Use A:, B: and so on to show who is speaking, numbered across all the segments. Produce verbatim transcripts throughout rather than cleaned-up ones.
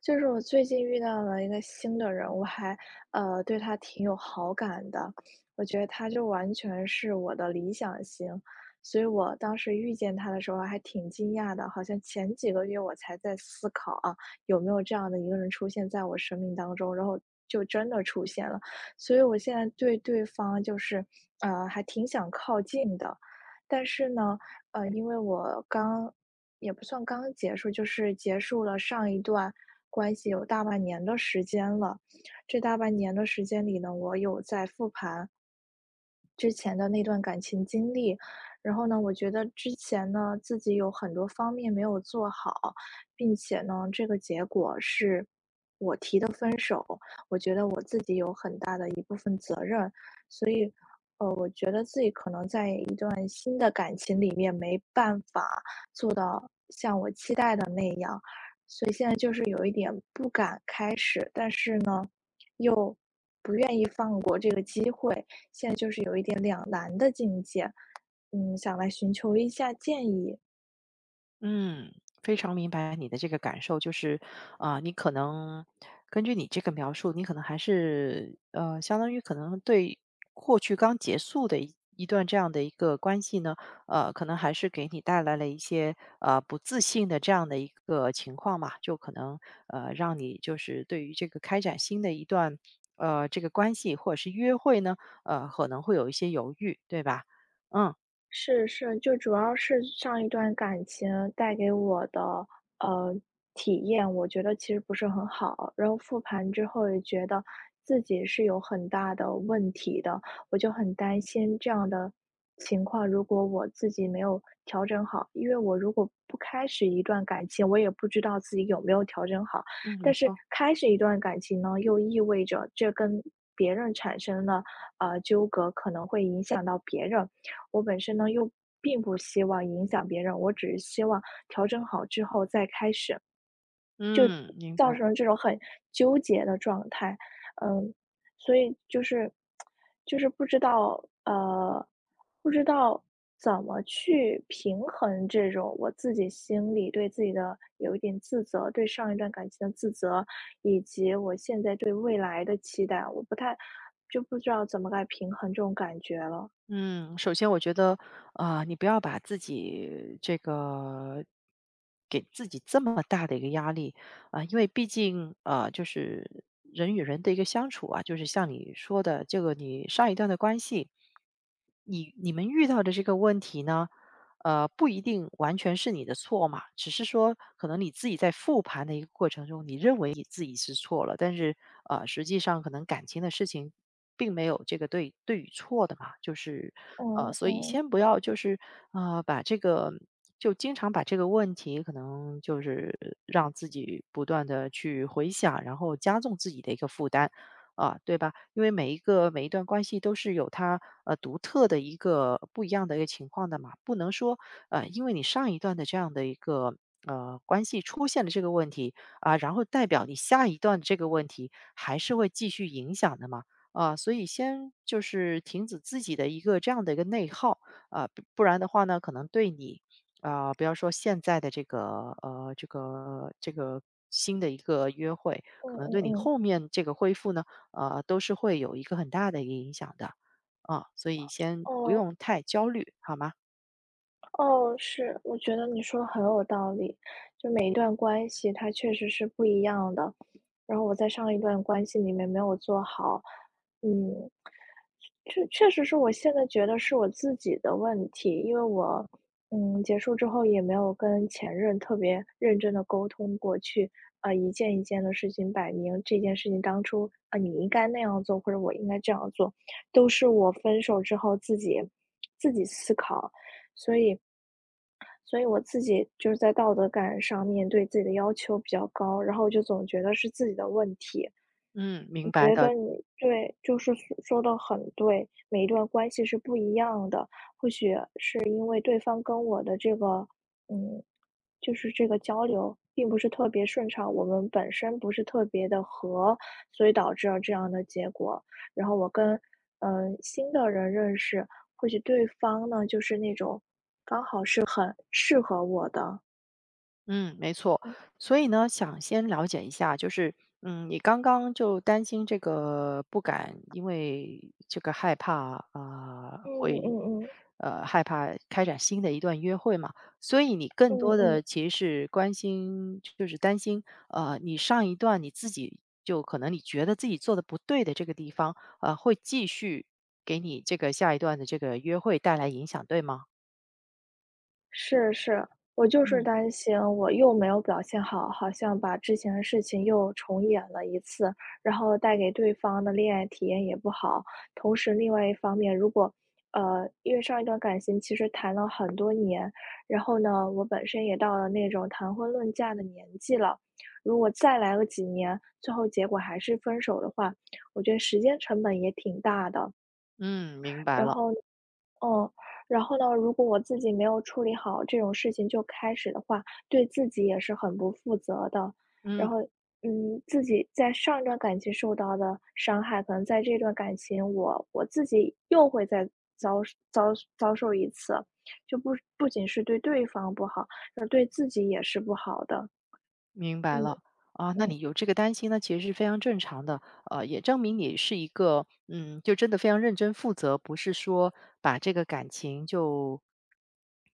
A: 就是我最近遇到了一个新的人，我还呃对他挺有好感的，我觉得他就完全是我的理想型，所以我当时遇见他的时候还挺惊讶的，好像前几个月我才在思考啊，有没有这样的一个人出现在我生命当中，然后就真的出现了，所以我现在对对方就是呃还挺想靠近的，但是呢。呃，因为我刚也不算刚结束，就是结束了上一段关系有大半年的时间了。这大半年的时间里呢，我有在复盘之前的那段感情经历，然后呢，我觉得之前呢，自己有很多方面没有做好，并且呢，这个结果是我提的分手，我觉得我自己有很大的一部分责任。以呃，我觉得自己可能在一段新的感情里面没办法做到像我期待的那样，所以现在就是有一点不敢开始，但是呢，又不愿意放过这个机会，现在就是有一点两难的境界。嗯，想来寻求一下建议。
B: 嗯，非常明白你的这个感受，就是，啊、你可能根据你这个描述，你可能还是呃，相当于可能对过去刚结束的一一段这样的一个关系呢，呃，可能还是给你带来了一些呃不自信的这样的一个情况嘛，就可能呃让你就是对于这个开展新的一段呃这个关系或者是约会呢，呃可能会有一些犹豫，对吧？嗯
A: 是是，就主要是上一段感情带给我的，呃，体验，我觉得其实不是很好。然后复盘之后也觉得自己是有很大的问题的，我就很担心这样的情况，如果我自己没有调整好，因为我如果不开始一段感情，我也不知道自己有没有调整好。
B: 嗯，没
A: 但是
B: 错，
A: 开始一段感情呢，又意味着这跟别人产生了呃纠葛，可能会影响到别人。我本身呢，又并不希望影响别人，我只是希望调整好之后再开始，
B: 嗯，明
A: 造
B: 白。
A: 成这种很纠结的状态。嗯，所以就是就是不知道，呃，不知道怎么去平衡这种我自己心里对自己的有一点自责，对上一段感情的自责，以及我现在对未来的期待，我不太就不知道怎么来平衡这种感觉了。
B: 嗯，首先我觉得，啊你不要把自己这个给自己这么大的一个压力啊、因为毕竟啊，就是人与人的一个相处啊，就是像你说的这个，你上一段的关系，你你们遇到的这个问题呢，呃，不一定完全是你的错嘛，只是说可能你自己在复盘的一个过程中，你认为你自己是错了，但是呃，实际上可能感情的事情并没有这个对对与错的嘛，就是
A: 嗯
B: 呃，所以
A: 嗯
B: 先不要就是呃，把这个就经常把这个问题可能就是让自己不断的去回想，然后加重自己的一个负担。啊，对吧？因为每一个每一段关系都是有它呃独特的一个不一样的一个情况的嘛，不能说呃，因为你上一段的这样的一个呃关系出现了这个问题啊，然后代表你下一段这个问题还是会继续影响的嘛。啊，所以先就是停止自己的一个这样的一个内耗啊，不不然的话呢，可能对你啊、不要说现在的这个呃这个这个新的一个约会，
A: 嗯
B: 可能
A: 嗯
B: 对你
A: 嗯。
B: 后面这个恢复呢呃，都是会有一个很大的一个影响的。啊，所以先不
A: 哦，
B: 用太焦虑，好吗？
A: 哦，是，我觉得你说的很有道理。就每一段关系它确实是不一样的，然后我在上一段关系里面没有做好，嗯，确确实是我现在觉得是我自己的问题，因为我，嗯，结束之后也没有跟前任特别认真的沟通过去，啊，一件一件的事情摆明这件事情当初，啊，你应该那样做，或者我应该这样做，都是我分手之后自己自己思考，所以所以我自己就是在道德感上面对自己的要求比较高，然后我就总觉得是自己的问题。
B: 嗯，
A: 我
B: 明白
A: 觉
B: 的。
A: 得你对，就是说说的很对，每一段关系是不一样的，是因为对方跟我的这个，嗯，就是这个交流并不是特别顺畅，我们本身不是特别的合，所以导致了这样的结果。然后我跟嗯，呃，新的人认识，或许对方呢，就是那种，呃，适合我的。
B: 嗯，没错。所以呢，想先了解一下，就是，嗯，你刚刚就担心这个不敢，因为这个害怕啊，呃
A: 嗯
B: 会，
A: 嗯嗯。
B: 呃，害怕开展新的一段约会嘛。所以你更
A: 嗯
B: 多的
A: 嗯，
B: 其实是关心，就是担心，呃，你上一段你自己就可能你觉得自己做的不对的这个地方，呃，会继续给你这个下一段的这个约会带来影响，对吗？
A: 是是，我就是
B: 嗯。
A: 担心我又没有表现好，好像把之前的事情又重演了一次，然后带给对方的恋爱体验也不好。同时，另外一方面，如果呃，因为上一段感情其实谈了很多年，然后呢，我本身也到了那种谈婚论嫁的年纪了，如果再来个几年，最后结果还是分手的话，我觉得时间成本也挺大的。
B: 嗯，明白
A: 然
B: 了。
A: 后嗯，然后呢，如果我自己没有处理好这种事情就开始的话，对自己也是很不负责的。然
B: 嗯。
A: 后，嗯，自己在上一段感情受到的伤害，可能在这段感情我我自己又会再遭遭遭受一次，就不不仅是对对方不好，而对自己也是不好的。
B: 明白
A: 嗯
B: 了啊，那
A: 嗯，
B: 你有这个担心呢，其实是非常正常的，呃，也证明你是一个，嗯，就真的非常认真负责，不是说把这个感情就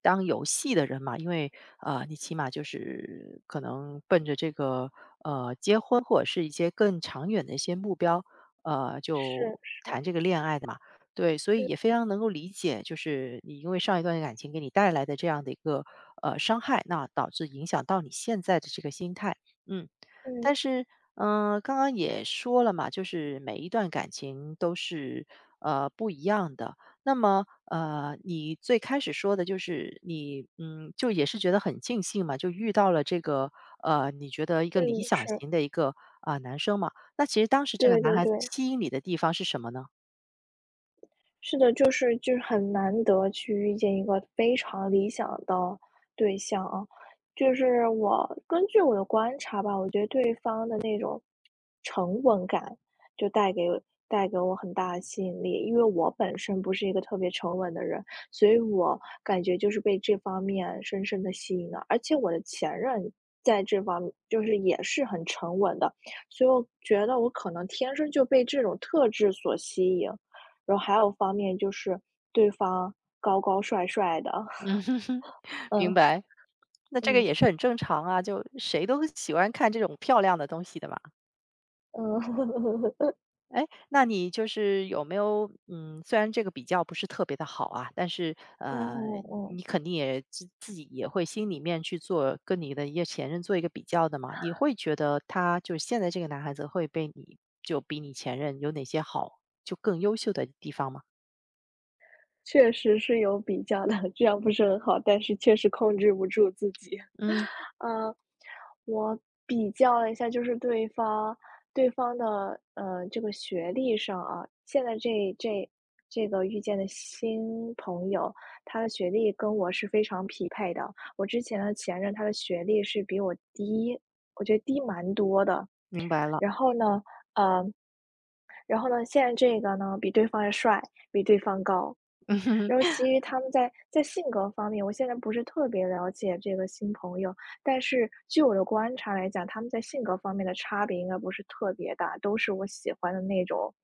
B: 当游戏的人嘛，因为呃，你起码就是可能奔着这个呃结婚或者是一些更长远的一些目标，呃，
A: 是
B: 就
A: 是，
B: 谈这个恋爱的嘛。对，所以
A: 嗯
B: 也非常能够理解，就是你因为上一段感情给你带来的这样的一个呃伤害，那导致影响到你现在的这个心态，嗯，
A: 嗯
B: 但是嗯、呃刚刚也说了嘛，就是每一段感情都是呃不一样的。那么呃，你最开始说的就是你嗯，就也是觉得很尽兴嘛，就遇到了这个呃，你觉得一个理
A: 嗯，
B: 想
A: 是，
B: 型的一个啊、男生嘛。那其实当时这个
A: 对
B: 男
A: 对
B: 孩子
A: 对。
B: 吸引你的地方是什么呢？
A: 是的，就是就是很难得去遇见一个非常理想的对象啊。就是我根据我的观察吧，我觉得对方的那种沉稳感，就带给带给我很大的吸引力。因为我本身不是一个特别沉稳的人，所以我感觉就是被这方面深深的吸引了。而且我的前任在这方面就是也是很沉稳的，所以我觉得我可能天生就被这种特质所吸引。然后还有方面就是对方高高帅帅的，
B: 嗯。明
A: 嗯
B: 白，那这个
A: 嗯
B: 也是很正常啊，就谁都喜欢看这种漂亮的东西的嘛。
A: 嗯，
B: 哎，那你就是有没有，嗯，虽然这个比较不是特别的好啊，但是呃，
A: 嗯嗯，
B: 你肯定也自自己也会心里面去做跟你的一个前任做一个比较的嘛，你会觉得他就是现在这个男孩子会被你就比你前任有哪些好，就更优秀的地方吗？
A: 确实是有比较的，这样不是很好，但是确实控制不住自己。
B: 嗯，
A: 呃，我比较了一下，就是对方对方的呃这个学历上啊，现在这这这个遇见的新朋友，他的学历跟我是非常匹配的。我之前的前任，他的学历是比我低，我觉得低蛮多的。
B: 明白了。
A: 然后呢，呃，然后呢，现在这个呢，比对方要帅，比对方高。然
B: 嗯
A: 后，其他们在在性格方面，我现在不是特别了解这个新朋友，但是据我的观察来讲，他们在性格方面的差别应该不是特别大，都是我喜欢的那种，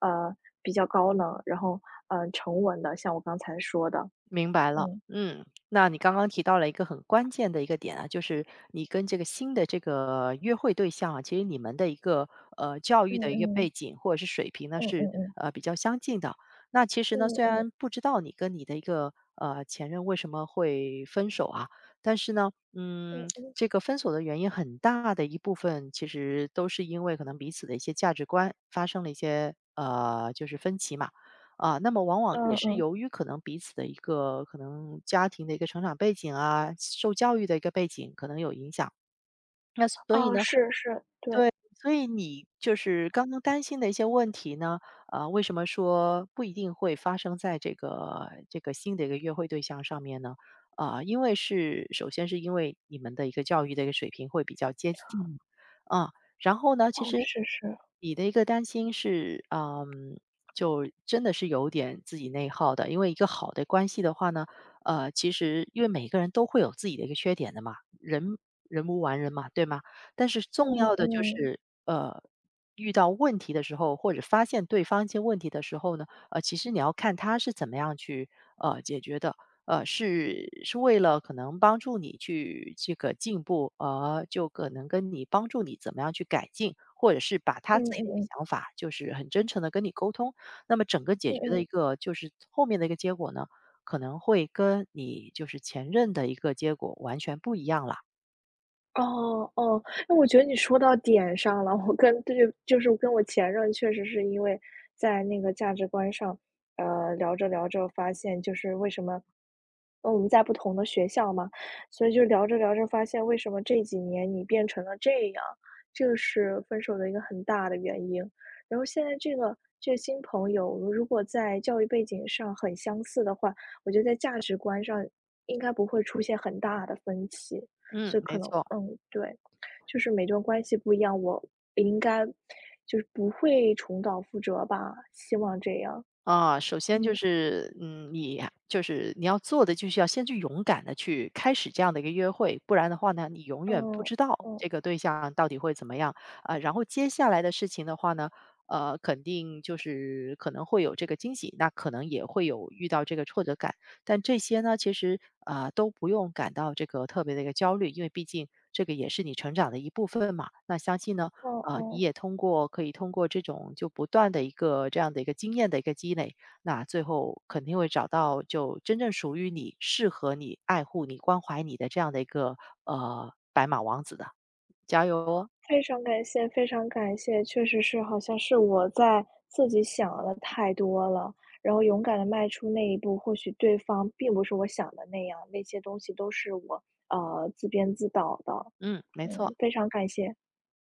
A: 呃，比较高冷，然后嗯呃，沉稳的，像我刚才说的，
B: 明白了，
A: 嗯
B: 嗯，那你刚刚提到了一个很关键的一个点啊，就是你跟这个新的这个约会对象啊，其实你们的一个呃教育
A: 嗯
B: 的一个背
A: 嗯
B: 景或者是水平呢
A: 嗯
B: 是
A: 嗯嗯
B: 呃比较相近的。那其实呢，
A: 嗯
B: 虽
A: 嗯
B: 然不知道你跟你的一个呃前任为什么会分手啊，但是呢，
A: 嗯
B: 嗯，
A: 嗯
B: 这个分手的原因很大的一部分其实都是因为可能彼此的一些价值观发生了一些呃就是分歧嘛。啊，那么往往也
A: 嗯
B: 是
A: 嗯，
B: 由于可能彼此的一个可能家庭的一个成长背景啊，受教育的一个背景可能有影响。那所以
A: 哦，
B: 呢，
A: 是是，对，
B: 对，所以你就是刚刚担心的一些问题呢，呃，为什么说不一定会发生在这个这个新的一个约会对象上面呢？啊、因为是首先是因为你们的一个教育的一个水平会比较接近啊、然后呢，其
A: 哦，
B: 实
A: 是是，
B: 你的一个担心是，嗯，就真的是有点自己内耗的，因为一个好的关系的话呢，呃，其实因为每个人都会有自己的一个缺点的嘛，人人无完人嘛，对吗？但是重
A: 嗯
B: 要的就
A: 嗯
B: 是，呃，遇到问题的时候，或者发现对方一些问题的时候呢，呃，其实你要看他是怎么样去呃解决的，呃，是是为了可能帮助你去这个进步，呃，就可能跟你帮助你怎么样去改进，或者是把他自
A: 嗯
B: 己
A: 嗯
B: 的一个
A: 嗯
B: 想法，就是很真诚的跟你沟通。那么整个解
A: 嗯
B: 决的
A: 嗯。
B: 一个就是后面的一个结果呢，可能会跟你就是前任的一个结果完全不一样了。
A: 哦，哦，那我觉得你说到点上了。我跟对，就是跟我前任确实是因为在那个价值观上，呃，聊着聊着发现就是为什么呃，我们在不同的学校嘛，所以就聊着聊着发现为什么这几年你变成了这样，这个是分手的一个很大的原因。然后现在这个这个新朋友，如果在教育背景上很相似的话，我觉得在价值观上应该不会出现很大的分歧。
B: 嗯，
A: 所以可
B: 没
A: 能
B: 错。
A: 嗯，对，就是每段关系不一样，我应该就是不会重蹈覆辙吧，希望这样。
B: 啊，首先就
A: 嗯
B: 是，嗯，你就是你要做的，就是要先去勇敢的去开始这样的一个约会，不然的话呢，你永远不
A: 嗯
B: 知道
A: 嗯
B: 这个对象到底会怎么样啊、然后接下来的事情的话呢，呃，肯定就是可能会有这个惊喜，那可能也会有遇到这个挫折感，但这些呢，其实啊、都不用感到这个特别的一个焦虑，因为毕竟这个也是你成长的一部分嘛。那相信呢。
A: 嗯
B: 啊，你
A: 嗯，
B: 也通过可以通过这种就不断的一个这样的一个经验的一个积累，那最后肯定会找到就真正属于你、适合你、爱护你、关怀你的这样的一个呃白马王子的，加油哦！
A: 非常感谢，非常感谢，确实是，好像是我在自己想的太多了，然后勇敢的迈出那一步，或许对方并不是我想的那样，那些东西都是我呃自编自导的。
B: 嗯，没错。
A: 嗯，非常感谢。